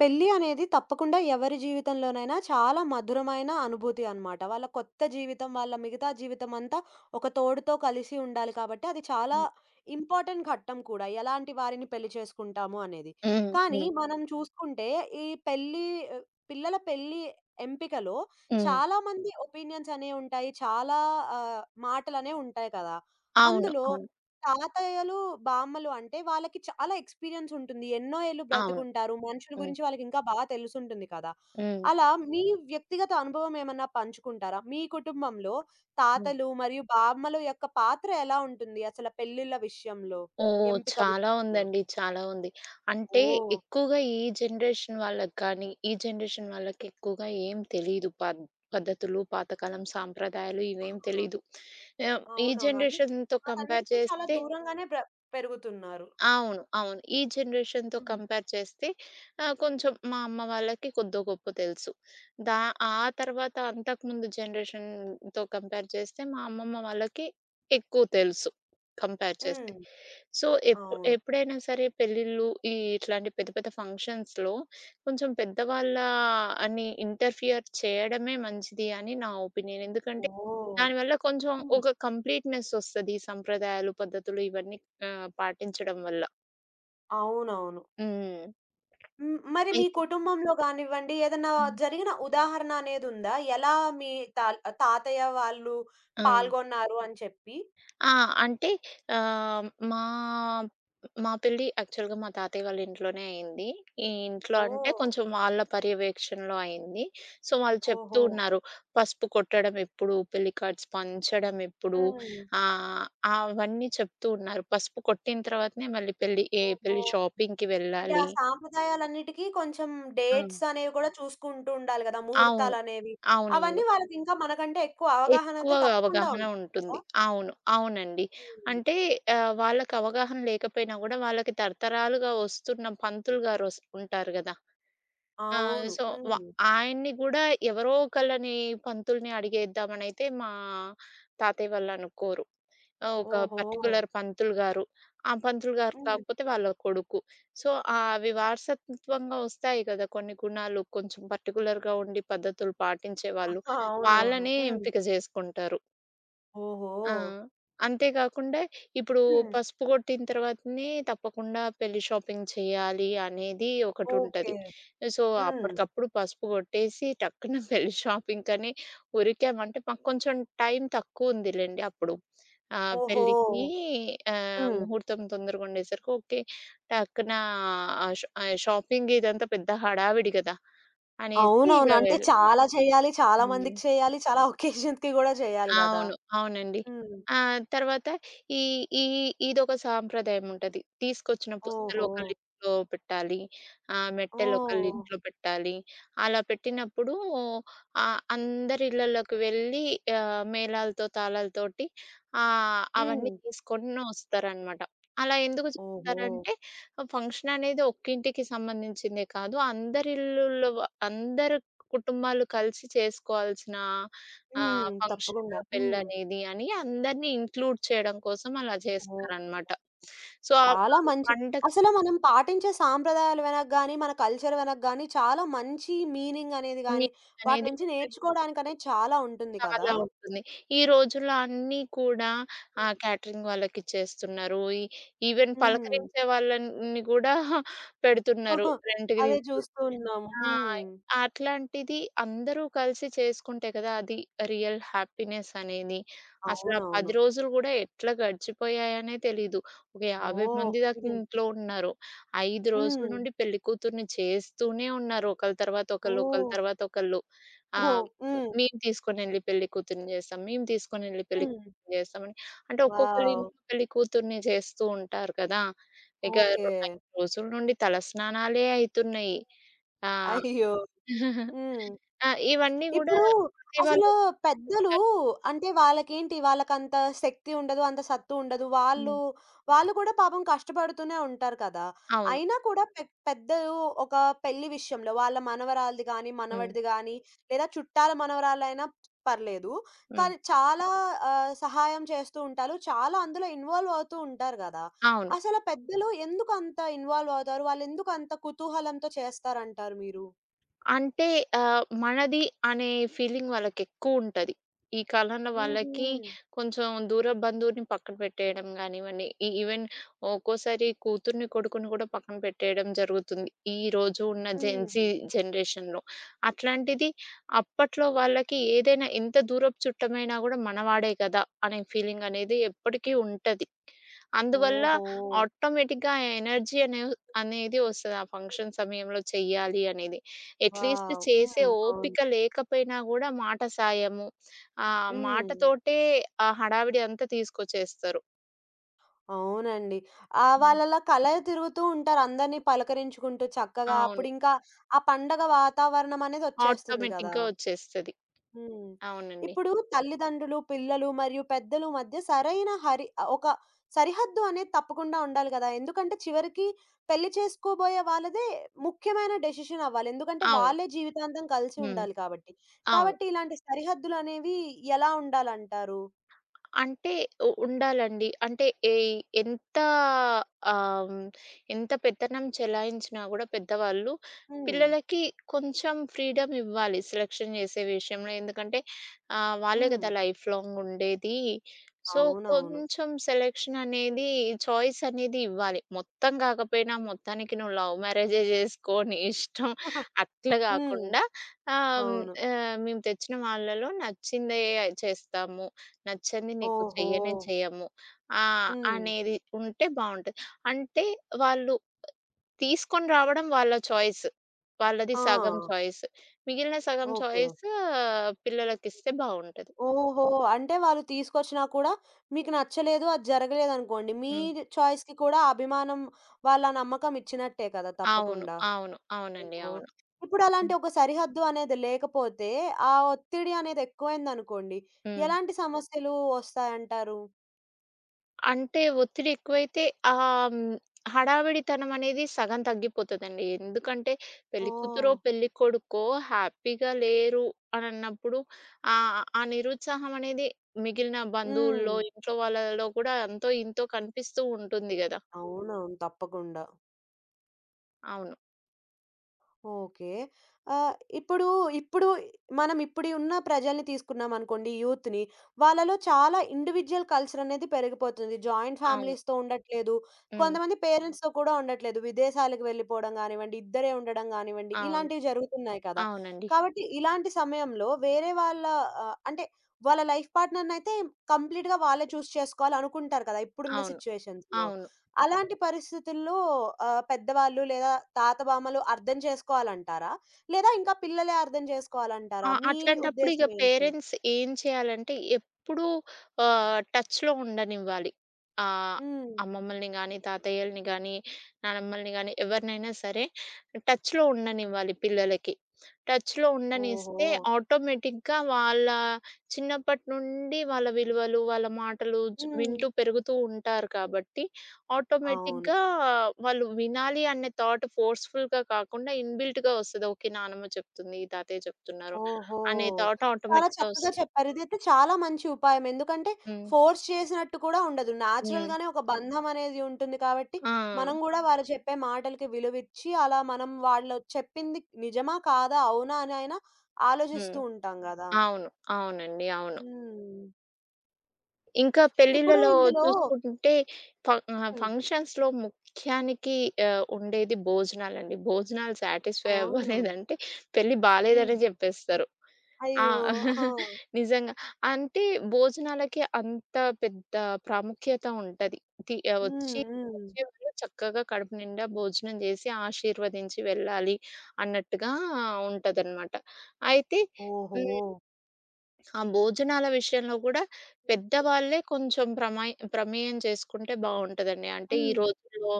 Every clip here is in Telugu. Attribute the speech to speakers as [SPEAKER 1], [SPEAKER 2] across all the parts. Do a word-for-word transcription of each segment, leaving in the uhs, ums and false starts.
[SPEAKER 1] పెళ్లి అనేది తప్పకుండా ఎవరి జీవితంలోనైనా చాలా మధురమైన అనుభూతి అన్నమాట. వాళ్ళ కొత్త జీవితం, వాళ్ళ మిగతా జీవితం అంతా ఒక తోడుతో కలిసి ఉండాలి కాబట్టి అది చాలా
[SPEAKER 2] హ్మ్.
[SPEAKER 1] ఇంపార్టెంట్ ఘట్టం కూడా. ఎలాంటి వారిని పెళ్లి చేసుకుంటాము అనేది.
[SPEAKER 2] హ్మ్.
[SPEAKER 1] కానీ
[SPEAKER 2] హ్మ్.
[SPEAKER 1] మనం చూసుకుంటే ఈ పెళ్లి ఆహ్, పిల్లల పెళ్లి ఎంపికలో
[SPEAKER 2] హ్మ్.
[SPEAKER 1] చాలా మంది ఒపీనియన్స్ అనేవి ఉంటాయి. చాలా ఆహ్, మాటలనేవి ఉంటాయి కదా!
[SPEAKER 2] అవును.
[SPEAKER 1] అందులో
[SPEAKER 2] అవును.
[SPEAKER 1] తాతయ్యలు, బామ్మలు అంటే వాళ్ళకి చాలా ఎక్స్‌పీరియన్స్ ఉంటుంది. ఎన్నో ఏళ్ళు
[SPEAKER 2] అవును.
[SPEAKER 1] బ్రతికుంటారు. మనుషుల
[SPEAKER 2] హ్మ్.
[SPEAKER 1] గురించి వాళ్ళకి ఇంకా బాగా తెలిసుంటుంది కదా!
[SPEAKER 2] హ్మ్.
[SPEAKER 1] అలా మీ వ్యక్తిగత అనుభవం ఏమన్నా పంచుకుంటారా? మీ కుటుంబంలో
[SPEAKER 2] హ్మ్.
[SPEAKER 1] తాతలు మరియు బామ్మల యొక్క పాత్ర ఎలా ఉంటుంది అసల పెళ్ళిళ్ళ విషయంలో?
[SPEAKER 2] ఓహ్!
[SPEAKER 1] ఎంపిక
[SPEAKER 2] చాలా
[SPEAKER 1] విషయంలో?
[SPEAKER 2] ఉందండి. చాలా ఉంది. అంటే
[SPEAKER 1] ఓహ్!
[SPEAKER 2] ఎక్కువగా ఈ జనరేషన్ వాళ్ళకి కానీ, ఈ జనరేషన్ వాళ్ళకి ఎక్కువగా ఏం తెలీదు. పద్ పద్ధతులు, పాతకాలం సాంప్రదాయాలు ఇవేం
[SPEAKER 1] ఆహా!
[SPEAKER 2] తెలీదు. ఆహ్, ఈ
[SPEAKER 1] అవునవును. అన్నీ
[SPEAKER 2] జనరేషన్‌తో కంపేర్
[SPEAKER 1] వాటన్నిటికి చాలా
[SPEAKER 2] చేస్తే
[SPEAKER 1] దూరంగానే బ్ర పెరుగుతున్నారు.
[SPEAKER 2] అవును. అవును. ఈ జనరేషన్‌తో
[SPEAKER 1] హ్మ్.
[SPEAKER 2] కంపేర్ చేస్తే ఆహ్, కొంచెం మా అమ్మ వాళ్ళకి కొద్దో గొప్పో తెలుసు. దా ఆ తర్వాత అంతకుముందు జనరేషన్‌తో కంపేర్ చేస్తే మా అమ్మమ్మ వాళ్ళకి ఎక్కువ తెలుసు కంపేర్ చేస్తే.
[SPEAKER 1] హ్మ్.
[SPEAKER 2] సో, ఎప్పు
[SPEAKER 1] అవును.
[SPEAKER 2] ఎప్పుడైనా సరే పెళ్ళిళ్ళు ఈ ఇట్లాంటి పెద్ద పెద్ద ఫంక్షన్స్‌లో కొంచెం పెద్దవాళ్ళ అని ఇంటర్ఫియర్ చేయడమే మంచిది అని నా ఒపీనియన్. ఎందుకంటే
[SPEAKER 1] ఓహ్!
[SPEAKER 2] దానివల్ల కొంచెం
[SPEAKER 1] హ్మ్.
[SPEAKER 2] ఒక కంప్లీట్‌నెస్ ఒస్తది. సంప్రదాయాలు, పద్ధతులు ఇవన్నీ ఆ! పాటించడం వల్ల.
[SPEAKER 1] అవునవును.
[SPEAKER 2] హ్మ్.
[SPEAKER 1] హ్మ్. మరి మీ
[SPEAKER 2] అయితే
[SPEAKER 1] కుటుంబంలో గానివ్వండి, ఏదన్నా
[SPEAKER 2] హ్మ్.
[SPEAKER 1] జరిగిన ఉదాహరణ అనేదుందా? ఎలా మీ తాల్ తాతయ్య వాళ్ళు
[SPEAKER 2] ఆ!
[SPEAKER 1] పాల్గొన్నారు అని చెప్పి?
[SPEAKER 2] ఆ! అంటే ఆహ్, మా మా పెళ్లి యాక్చువల్‌గా మా తాతయ్య వాళ్ళ ఇంట్లోనే అయింది. ఈ ఇంట్లో అంటే
[SPEAKER 1] ఓహ్!
[SPEAKER 2] కొంచెం వాళ్ళ పర్యవేక్షణలో అయింది. సో, వాళ్ళు చెప్తూ
[SPEAKER 1] ఓహో!
[SPEAKER 2] ఉన్నారు. పసుపు కొట్టడం ఎప్పుడు, పెళ్లి కార్డ్స్ పంచడం ఎప్పుడు,
[SPEAKER 1] హ్మ్.
[SPEAKER 2] ఆహ్, అవన్నీ చెప్తూ ఉన్నారు. పసుపు కొట్టిన తర్వాతనే మళ్ళీ పెళ్లి ఏ
[SPEAKER 1] ఓహో!
[SPEAKER 2] పెళ్లి షాపింగ్‌కి
[SPEAKER 1] అంటే ఆ
[SPEAKER 2] వెళ్ళాలి.
[SPEAKER 1] సాంప్రదాయాలన్నిటికి కొంచెం
[SPEAKER 2] ఆ!
[SPEAKER 1] డేట్స్ అనేవి కూడా చూసుకుంటూ ఉండాలి గదా!
[SPEAKER 2] అవును.
[SPEAKER 1] ముహూర్తాలనేవి.
[SPEAKER 2] అవునవును.
[SPEAKER 1] అవన్నీ వాళ్ళకింకా మనకంటే ఎక్కువ అవగాహన అయితే
[SPEAKER 2] ఎక్కువగా
[SPEAKER 1] తప్పకుండా
[SPEAKER 2] అవగాహన
[SPEAKER 1] ఉంటుంది కదా!
[SPEAKER 2] ఉంటుంది. అవును. అవునండి.
[SPEAKER 1] హ్మ్.
[SPEAKER 2] అంటే ఆహ్, వాళ్ళకి అవగాహన లేకపోయినా గూడా వాళ్ళకి తరతరాలుగా వస్తున్న పంతులు గారొస్ ఉంటారు గదా! ఆ!
[SPEAKER 1] అవును.
[SPEAKER 2] సో, వ
[SPEAKER 1] హ్మ్.
[SPEAKER 2] ఆయన్ని గూడా ఎవరో ఒకళ్ళని పంతుల్ని అడిగేద్దామనైతే మా తాతయ్య వాళ్ళనుకోరు. ఆహ్, ఒక
[SPEAKER 1] ఓహో!
[SPEAKER 2] పర్టిక్యులర్ పంతులు గారు. ఆ పంతులు గారు
[SPEAKER 1] హ్మ్.
[SPEAKER 2] కాకపోతే వాళ్ళ కొడుకు. సో, ఆహ్, అవి వారసత్వంగా వస్తాయి గదా! కొన్ని గుణాలు కొంచెం పర్టిక్యులర్‌గా ఉండి పద్ధతులు పాటించేవాళ్ళు.
[SPEAKER 1] అవునవును.
[SPEAKER 2] వాళ్ళనే
[SPEAKER 1] హ్మ్.
[SPEAKER 2] ఎంపిక జేసుకుంటారు.
[SPEAKER 1] ఓహో!
[SPEAKER 2] ఆ! అంతే కాకుండా ఇప్పుడు
[SPEAKER 1] హ్మ్.
[SPEAKER 2] పసుపు కొట్టిన తర్వాతనే తప్పకుండా పెళ్లి షాపింగ్ చేయాలి అనేది
[SPEAKER 1] ఓకే.
[SPEAKER 2] ఒకటుంటది. సో,
[SPEAKER 1] హ్మ్.
[SPEAKER 2] అప్పటికప్పుడు పసుపు కొట్టేసి టక్కున పెళ్లి షాపింగ్‌కని ఉరికామంటే మాకు కొంచెం టైం తక్కువుందిలెండి అప్పుడు. ఆహ్,
[SPEAKER 1] ఓహో!
[SPEAKER 2] పెళ్ళికి ఆహ్,
[SPEAKER 1] హ్మ్.
[SPEAKER 2] ముహూర్తం తొందరగా ఉండేసరికి ఓకే. టక్కున ఆహ్, ష ఆహ్, షాపింగ్ ఇదంతా పెద్ద హడావిడి గదా! అనేసి ఇగ
[SPEAKER 1] అవునవును. అంటే
[SPEAKER 2] వెల్
[SPEAKER 1] మంచిది. చాలా చేయాలి, చాలా
[SPEAKER 2] హ్మ్.
[SPEAKER 1] మందికి చేయాలి, చాలా ఒకేషన్స్‌కి గూడా చేయాలి గదా!
[SPEAKER 2] అవును. అవునండి.
[SPEAKER 1] హ్మ్.
[SPEAKER 2] ఆ! తర్వాత ఈ ఈ ఇదొక సాంప్రదాయం ఉంటది. తీసుకొచ్చిన పుస్తలు
[SPEAKER 1] ఓహో!
[SPEAKER 2] ఒకళ్ళింట్లో పెట్టాలి. ఆహ్, మెట్టెలు
[SPEAKER 1] ఓహ్!
[SPEAKER 2] ఒకళ్ళింట్లో పెట్టాలి. అలా పెట్టినప్పుడు ఆహ్, అందరి ఇళ్ళలోకి వెళ్ళి ఆహ్, మేళాలతో, తాళాలతోటి ఆహ్,
[SPEAKER 1] హ్మ్.
[SPEAKER 2] అవన్నీ తీసుకొని వస్తారనమాట. అలా ఎందుకు
[SPEAKER 1] ఓహో!
[SPEAKER 2] చేస్తారంటే ఫంక్షన్ అనేది ఒక్కింటికి సంబంధించిందే కాదు. అందరి ఇల్లుల్లో అందరు కుటుంబాలు కలిసి చేసుకోవాల్సిన ఆ!
[SPEAKER 1] హ్మ్.
[SPEAKER 2] ఫంక్షను,
[SPEAKER 1] తప్పకుండా. హ్మ్.
[SPEAKER 2] పెళ్ళనేది అని అందరిని ఇంక్లూడ్ చేయడం కోసం అలా
[SPEAKER 1] ఓహ్!
[SPEAKER 2] చేస్తారనమాట. సో, ఆ
[SPEAKER 1] చాలా మంచి
[SPEAKER 2] పండగ
[SPEAKER 1] అసలు మనం పాటించే సాంప్రదాయాలు వెనక గాని, మన కల్చర్ వెనక గాని చాలా మంచి మీనింగ్ అనేది గాని, వాటి
[SPEAKER 2] మీదనేది
[SPEAKER 1] నుంచి నేర్చుకోవడానికనేది చాలా ఉంటుంది కదా!
[SPEAKER 2] చాలా ఉంటుంది. ఈ రోజుల్లో అన్నీ కూడా ఆహ్, క్యాటరింగ్ వాళ్ళకిచ్చేస్తున్నారు. ఈ ఈవెన్
[SPEAKER 1] హ్మ్.
[SPEAKER 2] పలకరించే వాళ్ళని కూడా పెడుతున్నారు. రెంట్‌కి
[SPEAKER 1] అదే
[SPEAKER 2] తీసు
[SPEAKER 1] చూస్తూ ఉన్నాము.
[SPEAKER 2] ఆ!
[SPEAKER 1] హ్మ్.
[SPEAKER 2] అట్లాంటిది అందరూ కలిసి చేసుకుంటే కదా! అది రియల్ హ్యాపీనెస్ అనేది. అసలు ఆ పది
[SPEAKER 1] అవునవును.
[SPEAKER 2] రోజులు గూడా ఎట్లా గడిచిపోయాయనే తెలీదు. ఒక యాభై
[SPEAKER 1] ఓహ్!
[SPEAKER 2] మంది దాకా
[SPEAKER 1] హుహు.
[SPEAKER 2] ఇంట్లో ఉన్నారు. ఐదు రోజుల
[SPEAKER 1] హ్మ్.
[SPEAKER 2] నుండి పెళ్లి కూతుర్ని చేస్తూనే ఉన్నారు. ఒకళ్ళ తర్వాత ఒకళ్ళు, ఒకళ్ళ
[SPEAKER 1] ఓహ్!
[SPEAKER 2] తర్వాత ఒకళ్ళు.
[SPEAKER 1] ఓహో!
[SPEAKER 2] ఆహ్,
[SPEAKER 1] హ్మ్.
[SPEAKER 2] మేము తీసుకొనెళ్లి పెళ్లి కూతుర్ని చేస్తాం. మేము తీసుకొనెళ్లి పెళ్లి
[SPEAKER 1] హ్మ్.
[SPEAKER 2] కూతుర్ని చేస్తామని. అంటే ఒక్కొక్కళ్ళ
[SPEAKER 1] వావ్!
[SPEAKER 2] ఇంట్లో పెళ్లి కూతుర్ని చేస్తూ ఉంటారు కదా! ఇక
[SPEAKER 1] ఓకే.
[SPEAKER 2] రొ ఐదు రోజుల నుండి తలస్నానాలే అయితున్నాయి. ఆ!
[SPEAKER 1] అయ్యో! హ్మ్.
[SPEAKER 2] ఆ! ఇవన్నీ గూడా
[SPEAKER 1] ఇప్పుడు
[SPEAKER 2] చేసేవాళ్ళు
[SPEAKER 1] అసలు పెద్దలు
[SPEAKER 2] ఉంటారు.
[SPEAKER 1] అంటే వాళ్ళకేంటి, వాళ్ళకంత శక్తి ఉండదు. అంత సత్తు ఉండదు. వాళ్ళు,
[SPEAKER 2] హ్మ్.
[SPEAKER 1] వాళ్ళు కూడా పాపం కష్టపడుతూనే ఉంటారు కదా!
[SPEAKER 2] అవును.
[SPEAKER 1] అయినా కూడా పె పెద్దలు ఒక పెళ్లి విషయంలో వాళ్ళ మనవరాలిది గాని,
[SPEAKER 2] హ్మ్.
[SPEAKER 1] మనవడిది గాని లేదా చుట్టాల మనవరాలైనా పర్లేదు.
[SPEAKER 2] హ్మ్.
[SPEAKER 1] కానీ చాలా ఆహ్, సహాయం చేస్తూ ఉంటారు. చాలా అందులో ఇన్వాల్వ్ అవుతూ ఉంటారు కదా!
[SPEAKER 2] అవును.
[SPEAKER 1] అసలు పెద్దలు ఎందుకు అంత ఇన్వాల్వ్ అవుతారు? వాళ్ళెందుకు అంత కుతూహలంతో చేస్తారంటారు మీరు?
[SPEAKER 2] అంటే ఆహ్, మనది అనే ఫీలింగ్ వాళ్ళకెక్కువుంటది. ఈ కాలంలో
[SPEAKER 1] హుహు.
[SPEAKER 2] వాళ్ళకి కొంచెం దూర బంధువుని పక్కన పెట్టేయడం గానివ్వండి, ఈ ఈవెన్ ఒక్కోసారి కూతుర్ని, కొడుకుని కూడా పక్కన పెట్టేయడం జరుగుతుంది. ఈ రోజు ఉన్న జెన్‌జీ
[SPEAKER 1] హ్మ్.
[SPEAKER 2] జనరేషన్‌లో. అట్లాంటిది అప్పట్లో వాళ్ళకి ఏదైనా ఎంత దూరపు చుట్టమైనా గూడా మనవాడే గదా! అనే ఫీలింగ్ అనేది ఎప్పటికీ ఉంటది. అందువల్ల
[SPEAKER 1] ఓహో!
[SPEAKER 2] ఆటోమేటిక్‌గా ఆ ఎనర్జీ అనే అనేది వస్తది. ఆ ఫంక్షన్ సమయంలో చెయ్యాలి అనేది. At least
[SPEAKER 1] wow! హ్మ్.
[SPEAKER 2] చేసే
[SPEAKER 1] అవును.
[SPEAKER 2] ఓపిక లేకపోయినా గూడా మాట సాయము, ఆహ్,
[SPEAKER 1] హ్మ్.
[SPEAKER 2] మాటతోటే ఆ హడావిడి అంతా తీసుకొచ్చేస్తారు.
[SPEAKER 1] అవునండి. ఆ!
[SPEAKER 2] హ్మ్.
[SPEAKER 1] వాళ్ళలా కలయి తిరుగుతూ ఉంటారు. అందరిని పలకరించుకుంటూ చక్కగా.
[SPEAKER 2] అవును.
[SPEAKER 1] అప్పుడింకా ఆ పండగ వాతావరణం అనేదొచ్చేస్తుంది గదా!
[SPEAKER 2] ఆటోమేటిక్‌గా వచ్చేస్తది.
[SPEAKER 1] హ్మ్.
[SPEAKER 2] అవునండి.
[SPEAKER 1] ఇప్పుడు తల్లిదండ్రులు, పిల్లలు మరియు పెద్దలు మధ్య సరైన హరి ఆహ్, ఒక సరిహద్దు అనేది తప్పకుండా ఉండాలి గదా! ఎందుకంటే చివరికి పెళ్లి చేసుకోబోయే వాళ్ళదే ముఖ్యమైన డెసిషన్ అవ్వాలి. ఎందుకంటే
[SPEAKER 2] అవును.
[SPEAKER 1] వాళ్ళే జీవితాంతం కలిసి
[SPEAKER 2] హ్మ్.
[SPEAKER 1] ఉండాలి కాబట్టి.
[SPEAKER 2] అవును.
[SPEAKER 1] కాబట్టి ఇలాంటి సరిహద్దులనేవి ఎలా ఉండాలంటారు?
[SPEAKER 2] అంటే ఉ ఉండాలండి. అంటే ఏయ్ ఎంత ఆహ్, హ్మ్, ఎంత పెత్తనం చెలాయించినా గూడా పెద్దవాళ్ళు
[SPEAKER 1] హ్మ్.
[SPEAKER 2] పిల్లలకి కొంచెం ఫ్రీడమ్ ఇవ్వాలి సెలక్షన్ చేసే విషయంలో. ఎందుకంటే ఆహ్, వాళ్ళే
[SPEAKER 1] హ్మ్.
[SPEAKER 2] కదా లైఫ్ లాంగ్ ఉండేది. సో,
[SPEAKER 1] అవునవును.
[SPEAKER 2] కొంచెం సెలక్షన్ అనేది చాయిస్ అనేది ఇవ్వాలి. మొత్తం కాకపోయినా మొత్తానికి నువ్వు లవ్ మ్యారేజే జేసుకో నీ ఇష్టం, అట్లా
[SPEAKER 1] హ్మ్.
[SPEAKER 2] గాకుండా ఆహ్, హ్మ్,
[SPEAKER 1] అవును.
[SPEAKER 2] ఆహ్, మేము తెచ్చిన వాళ్ళలో నచ్చిందే చేస్తాము. నచ్చంది నీకు
[SPEAKER 1] ఓహో!
[SPEAKER 2] చెయ్యనే చెయ్యము. ఆహ్,
[SPEAKER 1] హ్మ్.
[SPEAKER 2] అనేది ఉంటే బావుంటది. అంటే వాళ్ళు తీసుకొని రావడం వాళ్ళ చాయిస్. వాళ్ళది
[SPEAKER 1] ఆ!
[SPEAKER 2] సగం చాయిస్. మిగిలిన సగం
[SPEAKER 1] ఓకే.
[SPEAKER 2] చాయిస్ పిల్లలకిస్తే బావుంటది.
[SPEAKER 1] ఓహో! అంటే వాళ్ళు తీసుకొచ్చినా కూడా మీకు నచ్చలేదు, అది జరగలేదనుకోండి, మీ
[SPEAKER 2] హ్మ్.
[SPEAKER 1] చాయిస్‌కి కూడా అభిమానం వాళ్ళ నమ్మకం ఇచ్చినట్టే కదా!
[SPEAKER 2] అవును.
[SPEAKER 1] తప్పకుండా.
[SPEAKER 2] అవును. అవునండి.
[SPEAKER 1] ఓహో!
[SPEAKER 2] అవును.
[SPEAKER 1] ఇప్పుడు అలాంటి
[SPEAKER 2] హ్మ్.
[SPEAKER 1] ఒక సరిహద్దు అనేది లేకపోతే, ఆ ఒత్తిడి అనేది ఎక్కువైందనుకోండి,
[SPEAKER 2] హ్మ్.
[SPEAKER 1] ఎలాంటి సమస్యలు వస్తాయంటారు?
[SPEAKER 2] అంటే ఒత్తిడి ఎక్కువైతే ఆహ్, హ్మ్. హడావిడితనం అనేది సగం తగ్గిపోతదండి. ఎందుకంటే పెళ్లి కూతురో,
[SPEAKER 1] ఓహ్!
[SPEAKER 2] పెళ్లి కొడుకో హ్యాపీగా లేరు అనన్నప్పుడు ఆహ్, ఆ ఆ నిరుత్సాహం అనేది మిగిలిన
[SPEAKER 1] హ్మ్.
[SPEAKER 2] బంధువుల్లో, ఇంట్లో వాళ్ళలో కూడా అంతో ఇంతో కనిపిస్తూ ఉంటుంది గదా!
[SPEAKER 1] అవునవును. తప్పకుండా.
[SPEAKER 2] అవును.
[SPEAKER 1] ఓకే. ఆహ్, ఇప్పుడు, ఇప్పుడు మనం ఇప్పుడు ఉన్న ప్రజల్ని తీసుకున్నామనుకోండి యూత్‌ని. వాళ్ళలో చాలా ఇండివిడ్యుయల్ కల్చర్ అనేది పెరిగిపోతుంది. జాయింట్
[SPEAKER 2] అవును.
[SPEAKER 1] ఫ్యామిలీస్‌తో ఉండట్లేదు.
[SPEAKER 2] హ్మ్.
[SPEAKER 1] కొంతమంది పేరెంట్స్‌తో కూడా ఉండట్లేదు. విదేశాలకు వెళ్ళిపోవడం గానివ్వండి, ఇద్దరే ఉండడం గానివ్వండి,
[SPEAKER 2] అవును.
[SPEAKER 1] ఇలాంటివి జరుగుతున్నాయి కదా!
[SPEAKER 2] అవునండి.
[SPEAKER 1] కాబట్టి ఇలాంటి సమయంలో వేరే వాళ్ళ ఆహ్, అంటే వాళ్ళ లైఫ్ పార్ట్‌నర్‌నయితే కంప్లీట్‌గా వాళ్ళే చూస్ చేసుకోవాలనుకుంటారు కదా! ఇప్పుడున్న
[SPEAKER 2] అవును.
[SPEAKER 1] సిట్యుయేషన్స్‌లో.
[SPEAKER 2] అవును.
[SPEAKER 1] అలాంటి పరిస్థితుల్లో ఆహ్, పెద్దవాళ్ళు లేదా తాత, బామ్మలు అర్థం చేసుకోవాలంటారా? లేదా ఇంకా పిల్లలే అర్థం
[SPEAKER 2] ఆ!
[SPEAKER 1] చేసుకోవాలంటారా? మీ
[SPEAKER 2] అట్లాంటప్పుడు ఇగ
[SPEAKER 1] ఉద్దేశ్యం ఏంటి?
[SPEAKER 2] పేరెంట్స్ ఏం చేయాలంటే, ఎప్పుడూ ఆహ్, టచ్‌లో ఉండనివ్వాలి. ఆహ్,
[SPEAKER 1] హ్మ్.
[SPEAKER 2] అమ్మమ్మల్ని గానీ, తాతయ్యల్ని గానీ, నానమ్మల్ని గానీ ఎవరినైనా సరే టచ్‌లో ఉండనివ్వాలి పిల్లలకి. టచ్‌లో
[SPEAKER 1] ఓహో!
[SPEAKER 2] ఉండనిస్తే ఆటోమేటిక్‌గా వాళ్ళ చిన్నప్పటి నుండి వాళ్ళ విలువలు, వాళ్ళ మాటలు చ్
[SPEAKER 1] హ్మ్.
[SPEAKER 2] వింటూ పెరుగుతూ ఉంటారు కాబట్టి,
[SPEAKER 1] అవును.
[SPEAKER 2] ఆటోమేటిక్‌గా వాళ్ళు వినాలి అనే థాట్ ఫోర్స్‌ఫుల్‌గా కాకుండా ఇన్‌బిల్ట్‌గా వస్తది. ఓకే. నానమ్మ చెప్తుంది, తాతయ్య చెప్తున్నారు
[SPEAKER 1] ఓహో!
[SPEAKER 2] అనే థాట్
[SPEAKER 1] చాలా
[SPEAKER 2] ఆటోమేటిక్‌గా
[SPEAKER 1] చక్కగా
[SPEAKER 2] వస్తుంది.
[SPEAKER 1] చెప్పారు. ఇదైతే చాలా మంచి ఉపాయం. ఎందుకంటే
[SPEAKER 2] హ్మ్.
[SPEAKER 1] ఫోర్స్ చేసినట్టు కూడా ఉండదు.
[SPEAKER 2] హ్మ్.
[SPEAKER 1] నేచురల్‌గానే ఒక బంధం అనేది ఉంటుంది కాబట్టి,
[SPEAKER 2] ఆ!
[SPEAKER 1] మనం గూడా వాళ్ళు చెప్పే మాటలకి విలువిచ్చి, అలా మనం వాళ్ళు చెప్పింది నిజమా? కాదా? అవునా? అని అయినా
[SPEAKER 2] హ్మ్.
[SPEAKER 1] ఆలోచిస్తూ ఉంటాం గదా!
[SPEAKER 2] అవును. అవునండి. అవును.
[SPEAKER 1] హ్మ్.
[SPEAKER 2] ఇంకా
[SPEAKER 1] ఇప్పుడు
[SPEAKER 2] పెళ్ళిళ్ళలో
[SPEAKER 1] ఇందులో
[SPEAKER 2] చూసుకుంటే ఫ ఆహ్,
[SPEAKER 1] హ్మ్.
[SPEAKER 2] ఫంక్షన్స్‌లో ముఖ్యానికి ఆహ్, ఉండేది భోజనాలండి. భోజనాలు సాటిస్ఫై
[SPEAKER 1] అవునవును.
[SPEAKER 2] అవ్వలేదంటే పెళ్లి
[SPEAKER 1] హ్మ్.
[SPEAKER 2] బాలేదనే జెప్పేస్తారు. ఆ!
[SPEAKER 1] అయ్యో! ఆ!
[SPEAKER 2] నిజంగా. అంటే భోజనాలకి అంత పెద్ద ప్రాముఖ్యత ఉంటది. తి ఆహ్, వచ్చి
[SPEAKER 1] హ్మ్. హ్మ్.
[SPEAKER 2] వచ్చేవాళ్ళు చక్కగా కడుపు నిండా భోజనం చేసి ఆశీర్వదించి వెళ్ళాలి అన్నట్టుగా ఉంటదనమాట. అయితే
[SPEAKER 1] ఓహో!
[SPEAKER 2] హ్మ్. ఆ భోజనాల విషయంలో కూడా పెద్దవాళ్ళే కొంచెం ప్రమాయి ప్రమేయం చేసుకుంటే బావుంటదండి. అంటే ఈ
[SPEAKER 1] హ్మ్.
[SPEAKER 2] రోజుల్లో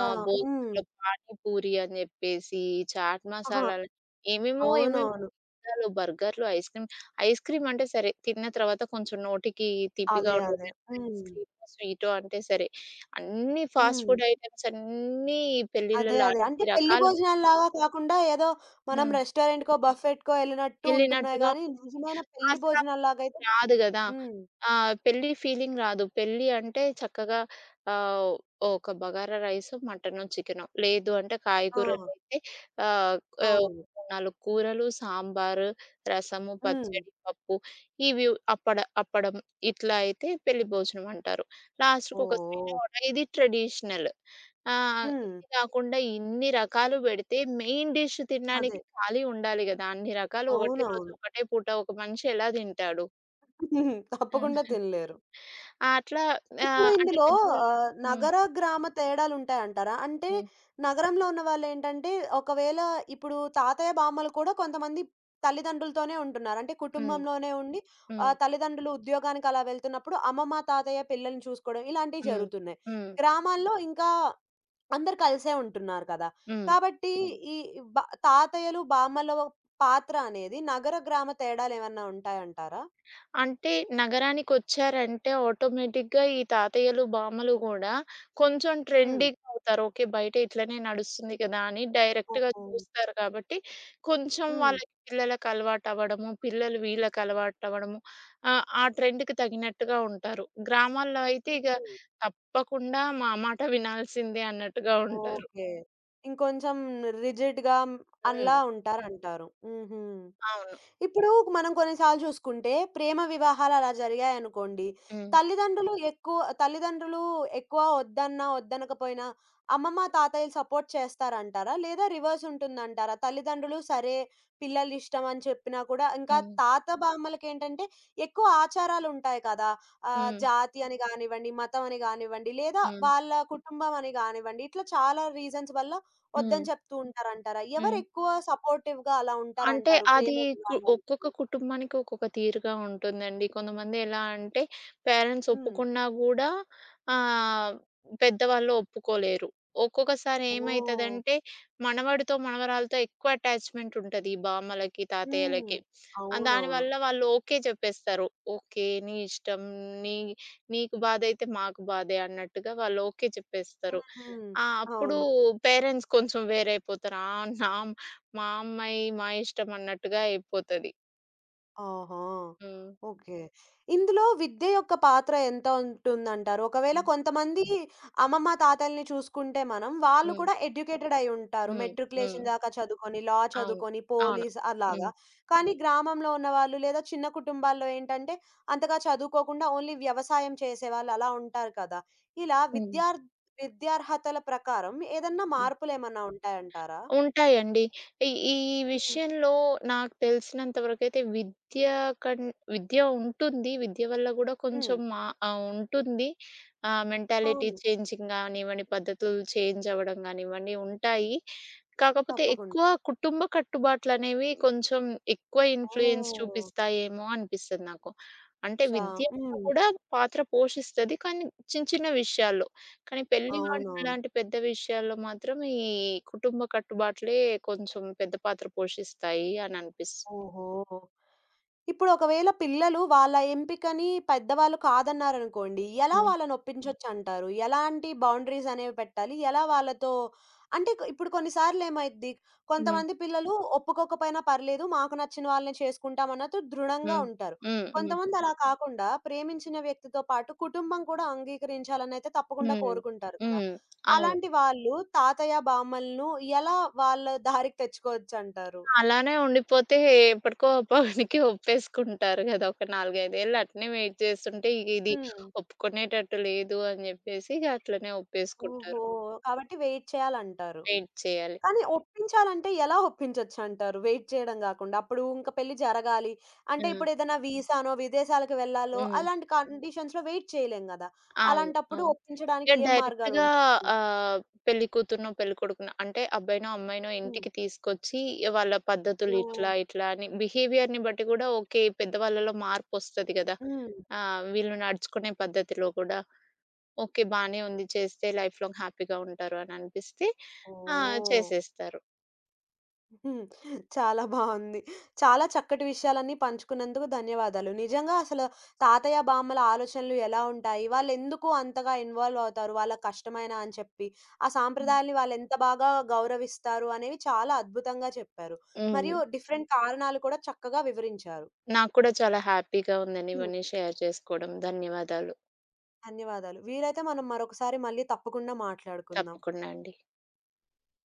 [SPEAKER 1] ఆ! హ్మ్.
[SPEAKER 2] భోజనంలో పానీపూరి అని చెప్పేసి, చాట్
[SPEAKER 1] ఆహా!
[SPEAKER 2] మసాలాలు ఏమేమో ఏమేమో
[SPEAKER 1] అవునవును.
[SPEAKER 2] పిజ్జాలు, బర్గర్‌లు, ఐస్ క్రీమ్, ఐస్ క్రీమ్ అంటే సరే తిన్న తర్వాత కొంచెం నోటికి తీపిగా
[SPEAKER 1] అదే. అదే.
[SPEAKER 2] ఉండడానికి
[SPEAKER 1] హ్మ్.
[SPEAKER 2] ఐస్ క్రీమో, స్వీటో అంటే సరే. అన్ని ఫాస్ట్
[SPEAKER 1] హ్మ్.
[SPEAKER 2] ఫుడ్ ఐటెమ్స్ అన్నీ
[SPEAKER 1] అదే.
[SPEAKER 2] పెళ్ళిళ్ళలో
[SPEAKER 1] అదే. అంటే
[SPEAKER 2] అన్ని
[SPEAKER 1] పెళ్లి
[SPEAKER 2] రకాలు
[SPEAKER 1] భోజనాల్లాగా కాకుండా ఏదో మనం
[SPEAKER 2] హ్మ్.
[SPEAKER 1] రెస్టారెంట్‌కో, బఫెట్‌కో ఎళ్ళినట్టు ఉంటున్నాయి
[SPEAKER 2] వెళ్ళినట్టుగా
[SPEAKER 1] గానీ, నిజమైన పెళ్లి
[SPEAKER 2] అసలా
[SPEAKER 1] భోజనాల్లాగైతే
[SPEAKER 2] ఫీలింగ్ రాదు గదా!
[SPEAKER 1] హ్మ్.
[SPEAKER 2] ఆహ్, పెళ్లి ఫీలింగ్ రాదు. పెళ్లి అంటే చక్కగా ఆహ్, ఒక బగారా రైసో, మటనో, చికెనో లేదు అంటే
[SPEAKER 1] ఆ!
[SPEAKER 2] కాయగూరలైతే ఆహ్, ఆహ్,
[SPEAKER 1] అవును.
[SPEAKER 2] నాలుగు కూరలు, సాంబారు, రసము,
[SPEAKER 1] హ్మ్.
[SPEAKER 2] పచ్చడి, పప్పు ఇవి అప్పడ అప్పడం ఇట్లా అయితే పెళ్లి భోజనం అంటారు. లాస్ట్‌కొక
[SPEAKER 1] ఓహో!
[SPEAKER 2] స్వీట్ ఆర్డర్ ఇది ట్రెడిషనల్. ఆ!
[SPEAKER 1] హ్మ్.
[SPEAKER 2] ఇది కాకుండా ఇన్ని రకాలు బెడితే మెయిన్ డిష్
[SPEAKER 1] అదే.
[SPEAKER 2] తినడానికి ఖాళీ ఉండాలి గదా! అన్ని రకాలు ఒకటే రోజు,
[SPEAKER 1] అవునవును.
[SPEAKER 2] ఒకటే పూట ఒక మనిషి ఎలా తింటాడు? హ్మ్.
[SPEAKER 1] తప్పకుండా తినలేరు.
[SPEAKER 2] ఆహ్, అట్లా
[SPEAKER 1] ఇప్పుడు
[SPEAKER 2] ఆహ్, అంటే
[SPEAKER 1] ఇందులో
[SPEAKER 2] పెద్దవాళ్ళు
[SPEAKER 1] ఆహ్,
[SPEAKER 2] హ్మ్.
[SPEAKER 1] నగర, గ్రామ తేడాలుంటాయంటారా? అంటే
[SPEAKER 2] హ్మ్.
[SPEAKER 1] నగరంలో ఉన్నవాళ్ళేంటంటే, ఒకవేళ ఇప్పుడు తాతయ్య, బామ్మలు కూడా కొంతమంది తల్లిదండ్రులతోనే ఉంటున్నారు. అంటే
[SPEAKER 2] హ్మ్.
[SPEAKER 1] కుటుంబంలోనే ఉండి
[SPEAKER 2] హ్మ్.
[SPEAKER 1] ఆహ్, తల్లిదండ్రులు ఉద్యోగానికి అలా వెళ్తున్నప్పుడు అమ్మమ్మ, తాతయ్య పిల్లల్ని చూసుకోవడం ఇలాంటివి
[SPEAKER 2] హ్మ్.
[SPEAKER 1] జరుగుతున్నాయి.
[SPEAKER 2] హ్మ్.
[SPEAKER 1] గ్రామాల్లో ఇంకా అందరూ కలిసే ఉంటున్నారు కదా!
[SPEAKER 2] హ్మ్.
[SPEAKER 1] కాబట్టి అవును. ఈ బ తాతయ్యలు, బామ్మల పాత్ర అనేది నగర, గ్రామ తేడాలేమన్నా ఉంటాయంటారా?
[SPEAKER 2] అంటే నగరానికొచ్చారంటే ఆటోమేటిక్‌గా ఈ తాతయ్యలు, బామ్మలు గూడా కొంచెం
[SPEAKER 1] హ్మ్.
[SPEAKER 2] ట్రెండీగా అవుతారు. ఓకే. బయట ఇట్లనే నడుస్తుంది కదా! అని డైరెక్ట్‌గా
[SPEAKER 1] ఓహో!
[SPEAKER 2] చూస్తారు కాబట్టి కొంచెం
[SPEAKER 1] హ్మ్.
[SPEAKER 2] వాళ్ళకి పిల్లలకి అలవాటవ్వడము, పిల్లలు వీళ్ళకి అలవాటవ్వడము ఆహ్, ఆ ట్రెండ్‌కి తగినట్టుగా ఉంటారు. గ్రామాల్లో అయితే ఇగ తప్పకుండా మా మాట వినాల్సిందే అన్నట్టుగా ఉంటారు.
[SPEAKER 1] ఓకే. ఇంకొంచెం రిజిడ్‌గా అన్లా
[SPEAKER 2] హ్మ్.
[SPEAKER 1] ఉంటారంటారు. హుహు.
[SPEAKER 2] అవును.
[SPEAKER 1] ఇప్పుడు మనం కొన్నిసార్లు చూసుకుంటే ప్రేమ వివాహాలు అలా జరిగాయనుకోండి.
[SPEAKER 2] హ్మ్.
[SPEAKER 1] తల్లిదండ్రులు ఎక్కువ తల్లిదండ్రులు ఎక్కువ వద్దన్నా, వద్దనకపోయినా అమ్మమ్మ, తాతయ్యలు సపోర్ట్ చేస్తారంటారా? లేదా రివర్స్ ఉంటుందంటారా? తల్లిదండ్రులు సరే పిల్లలు ఇష్టం అని చెప్పినా కూడా ఇంకా
[SPEAKER 2] హ్మ్.
[SPEAKER 1] తాత, బామ్మలకేంటంటే ఎక్కువ ఆచారాలుంటాయి కదా! ఆహ్,
[SPEAKER 2] హ్మ్.
[SPEAKER 1] జాతి అని గానివ్వండి, మతం అని గానివ్వండి, లేదా
[SPEAKER 2] హ్మ్.
[SPEAKER 1] వాళ్ళ కుటుంబం అని గానివ్వండి, ఇట్లా చాలా రీజన్స్ వల్ల
[SPEAKER 2] హ్మ్.
[SPEAKER 1] వద్దని చెప్తూ ఉంటారంటారా? ఎవరు
[SPEAKER 2] హ్మ్.
[SPEAKER 1] ఎక్కువ సపోర్టివ్‌గా అలా
[SPEAKER 2] అంటే
[SPEAKER 1] ఉంటారంటారు ప్రేమ
[SPEAKER 2] అది కు ఒక్కొక్క
[SPEAKER 1] వివాహాలకి?
[SPEAKER 2] కుటుంబానికి ఒక్కొక్క తీరుగా ఉంటుందండి. కొంతమంది ఎలా అంటే పేరెంట్స్
[SPEAKER 1] హ్మ్.
[SPEAKER 2] ఒప్పుకున్నా గూడా ఆహ్, పెద్దవాళ్ళు ఒప్పుకోలేరు. ఒక్కొక్కసారి
[SPEAKER 1] ఓహ్!
[SPEAKER 2] ఏమైతదంటే మనవడితో, మనవరాలతో ఎక్కువ అటాచ్‌మెంట్ ఉంటది ఈ బామ్మలకి,
[SPEAKER 1] హ్మ్.
[SPEAKER 2] తాతయ్యలకి. ఆహ్,
[SPEAKER 1] అవునవును.
[SPEAKER 2] దానివల్ల వాళ్ళు ఓకే చెప్పేస్తారు. ఓకే. నీ ఇష్టం. నీ నీకు బాధైతే మాకు బాధే అన్నట్టుగా వాళ్ళు ఓకే చెప్పేస్తారు.
[SPEAKER 1] హుహు.
[SPEAKER 2] ఆ! అప్పుడు
[SPEAKER 1] అవును.
[SPEAKER 2] పేరెంట్స్ కొంచెం వేరైపోతారు. ఆ! నా మా అమ్మాయి, మా ఇష్టం అన్నట్టుగా అయిపోతది.
[SPEAKER 1] ఆహా!
[SPEAKER 2] హ్మ్.
[SPEAKER 1] ఓకే. ఇందులో విద్య యొక్క పాత్ర ఎంత ఉంటుందంటారు? ఒకవేళ
[SPEAKER 2] హ్మ్.
[SPEAKER 1] కొంతమంది అమ్మమ్మ, తాతల్ని చూసుకుంటే మనం, వాళ్ళు
[SPEAKER 2] హ్మ్.
[SPEAKER 1] కూడా ఎడ్యుకేటెడ్ అయి ఉంటారు.
[SPEAKER 2] హ్మ్. హ్మ్.
[SPEAKER 1] మెట్రిక్యులేషన్ దాకా చదువుకొని, లా
[SPEAKER 2] అవును.
[SPEAKER 1] చదువుకొని,
[SPEAKER 2] అవును.
[SPEAKER 1] పోలీస్ అలాగా.
[SPEAKER 2] హ్మ్.
[SPEAKER 1] కానీ గ్రామంలో ఉన్నవాళ్ళు లేదా చిన్న కుటుంబాల్లో ఏంటంటే, అంతగా చదువుకోకుండా ఓన్లీ వ్యవసాయం చేసేవాళ్ళు అలా ఉంటారు కదా! ఇలా
[SPEAKER 2] హ్మ్.
[SPEAKER 1] విద్యార్ విద్యార్హతల ప్రకారం ఏదన్నా
[SPEAKER 2] హ్మ్.
[SPEAKER 1] మార్పులేమన్నా ఉంటాయంటారా?
[SPEAKER 2] ఉంటాయండి. ఈ ఈ
[SPEAKER 1] హ్మ్.
[SPEAKER 2] విషయంలో నాకు తెలిసినంత వరకైతే విద్య కన్ విద్య ఉంటుంది. విద్య వల్ల గూడా
[SPEAKER 1] హ్మ్.
[SPEAKER 2] కొంచెం మా ఆహ్, ఉంటుంది. ఆహ్, మెంటాలిటీ
[SPEAKER 1] అవును.
[SPEAKER 2] చేంజింగ్ గానివ్వండి, పద్ధతులు చేంజ్ అవ్వడం గానివ్వండి ఉంటాయి. కాకపోతే
[SPEAKER 1] తప్పకుండా.
[SPEAKER 2] ఎక్కువ కుటుంబ కట్టుబాట్లనేవి కొంచెం ఎక్కువ ఇన్‌ఫ్లూయెన్స్
[SPEAKER 1] ఓహ్!
[SPEAKER 2] చూపిస్తాయేమో అనిపిస్తది నాకు. అంటే
[SPEAKER 1] అచ్చా!
[SPEAKER 2] విద్య
[SPEAKER 1] హ్మ్.
[SPEAKER 2] కూడా పాత్ర పోషిస్తది. కానీ చిన్న చిన్న విషయాల్లో. కానీ పెళ్లి లాం
[SPEAKER 1] అవునవును.
[SPEAKER 2] లాంటి పెద్ద విషయాల్లో మాత్రం ఈ కుటుంబ కట్టుబాట్లే కొంచెం పెద్ద పాత్ర పోషిస్తాయి అని అనిపిస్తుంది.
[SPEAKER 1] ఓహో! ఇప్పుడు ఒకవేళ పిల్లలు వాళ్ళ ఎంపికని పెద్దవాళ్ళు కాదన్నారనుకోండి. ఎలా
[SPEAKER 2] హ్మ్.
[SPEAKER 1] వాళ్ళని హ్మ్. ఒప్పించొచ్చంటారు? ఎలాంటి బౌండరీస్ అనేవి పెట్టాలి? ఎలా వాళ్ళతో అంటే కొ ఇప్పుడు కొన్ని సార్లు ఏమైద్ది,
[SPEAKER 2] హ్మ్.
[SPEAKER 1] కొంతమంది పిల్లలు ఒప్పుకోకపోయినా పర్లేదు మాకు నచ్చిన వాళ్ళని చేసుకుంటాం అన్నట్టు దృఢంగా
[SPEAKER 2] హ్మ్.
[SPEAKER 1] ఉంటారు.
[SPEAKER 2] హ్మ్. హ్మ్.
[SPEAKER 1] కొంతమంది అలా కాకుండా ప్రేమించిన వ్యక్తితో పాటు కుటుంబం కూడా అంగీకరించాలనైతే తప్పకుండా
[SPEAKER 2] హ్మ్.
[SPEAKER 1] కోరుకుంటారు కదా!
[SPEAKER 2] హ్మ్. అవును.
[SPEAKER 1] అలాంటి వాళ్ళు తాతయ్య, బామ్మలను ఎలా వాళ్ళ దారికి తెచ్చుకోవచ్చంటారు?
[SPEAKER 2] అలానే ఉండిపోతే ఎప్పటికో పనికి ఒప్పేసుకుంటారు గదా! ఒక నాలుగు, ఐదు ఏళ్ళు అట్నే వెయిట్ చేస్తుంటే ఇగ ఇది
[SPEAKER 1] హ్మ్.
[SPEAKER 2] ఒప్పుకునేటట్టు లేదు అని జెప్పేసి ఇగ అట్లనే
[SPEAKER 1] ఓహో!
[SPEAKER 2] ఒప్పేసుకుంటారు.
[SPEAKER 1] కాబట్టి వెయిట్ చేయాలంటారు.
[SPEAKER 2] వెయిట్ చేయాలి.
[SPEAKER 1] కానీ ఒప్పించాలంటే ఎలా ఒప్పించొచ్చంటారు? వెయిట్ చేయడం గాకుండా. అప్పుడు ఇంక పెళ్లి జరగాలి. అంటే
[SPEAKER 2] ఆ!
[SPEAKER 1] ఇప్పుడేదైనా వీసానో, విదేశాలకు వెళ్ళాలో
[SPEAKER 2] హ్మ్.
[SPEAKER 1] అలాంటి కండిషన్స్‌లో వెయిట్ చేయలేం గదా!
[SPEAKER 2] అవును.
[SPEAKER 1] అలాంటప్పుడు
[SPEAKER 2] అవును. ఇగ
[SPEAKER 1] ఒప్పించడానికి ఏం
[SPEAKER 2] డైరెక్ట్‌గా
[SPEAKER 1] మార్గాలుండొచ్చు?
[SPEAKER 2] ఆహ్, పెళ్లి కూతురునో, పెళ్లి కొడుకునో అంటే అబ్బాయినో, అమ్మాయినో
[SPEAKER 1] హ్మ్.
[SPEAKER 2] ఇంటికి తీసుకొచ్చి వాళ్ళ పద్ధతులు
[SPEAKER 1] ఓహ్!
[SPEAKER 2] ఇట్లా, ఇట్లా అని బిహేవియర్‌ని బట్టి గూడా ఓకే. పెద్దవాళ్ళలో మార్పొస్తది గదా!
[SPEAKER 1] హ్మ్.
[SPEAKER 2] ఆహ్, వీళ్ళు నడుచుకునే పద్ధతిలో గూడా. ఓకే. బానే ఉంది. చేస్తే లైఫ్ లాంగ్ హ్యాపీగా ఉంటారు అని అనిపిస్తే ఆ!
[SPEAKER 1] ఓహ్!
[SPEAKER 2] చేసేస్తారు.
[SPEAKER 1] హ్మ్. చాలా బావుంది. చాలా చక్కటి విషయాలన్నీ పంచుకున్నందుకు ధన్యవాదాలు. నిజంగా అసలు తాతయ్య, బామ్మల ఆలోచనలు ఎలా ఉంటాయి? వాళ్ళెందుకు అంతగా ఇన్వాల్వ్ అవుతారు? వాళ్ళకి కష్టమేనా అని చెప్పి, ఆ
[SPEAKER 2] హ్మ్.
[SPEAKER 1] సాంప్రదాయాల్ని వాళ్ళెంత బాగా గౌరవిస్తారు అనేవి చాలా అద్భుతంగా చెప్పారు.
[SPEAKER 2] హ్మ్.
[SPEAKER 1] మరియు డిఫరెంట్ కారణాలు కూడా చక్కగా వివరించారు.
[SPEAKER 2] నాకు కూడా చాలా హ్యాపీగా ఉందండి
[SPEAKER 1] హ్మ్.
[SPEAKER 2] ఇవన్నీ షేర్ చేసుకోవడం. ధన్యవాదాలు.
[SPEAKER 1] ధన్యవాదాలు. వీలైతే మనం మరొకసారి మళ్ళీ తప్పకుండా మాట్లాడుకుందాం.
[SPEAKER 2] తప్పకుండా అండి.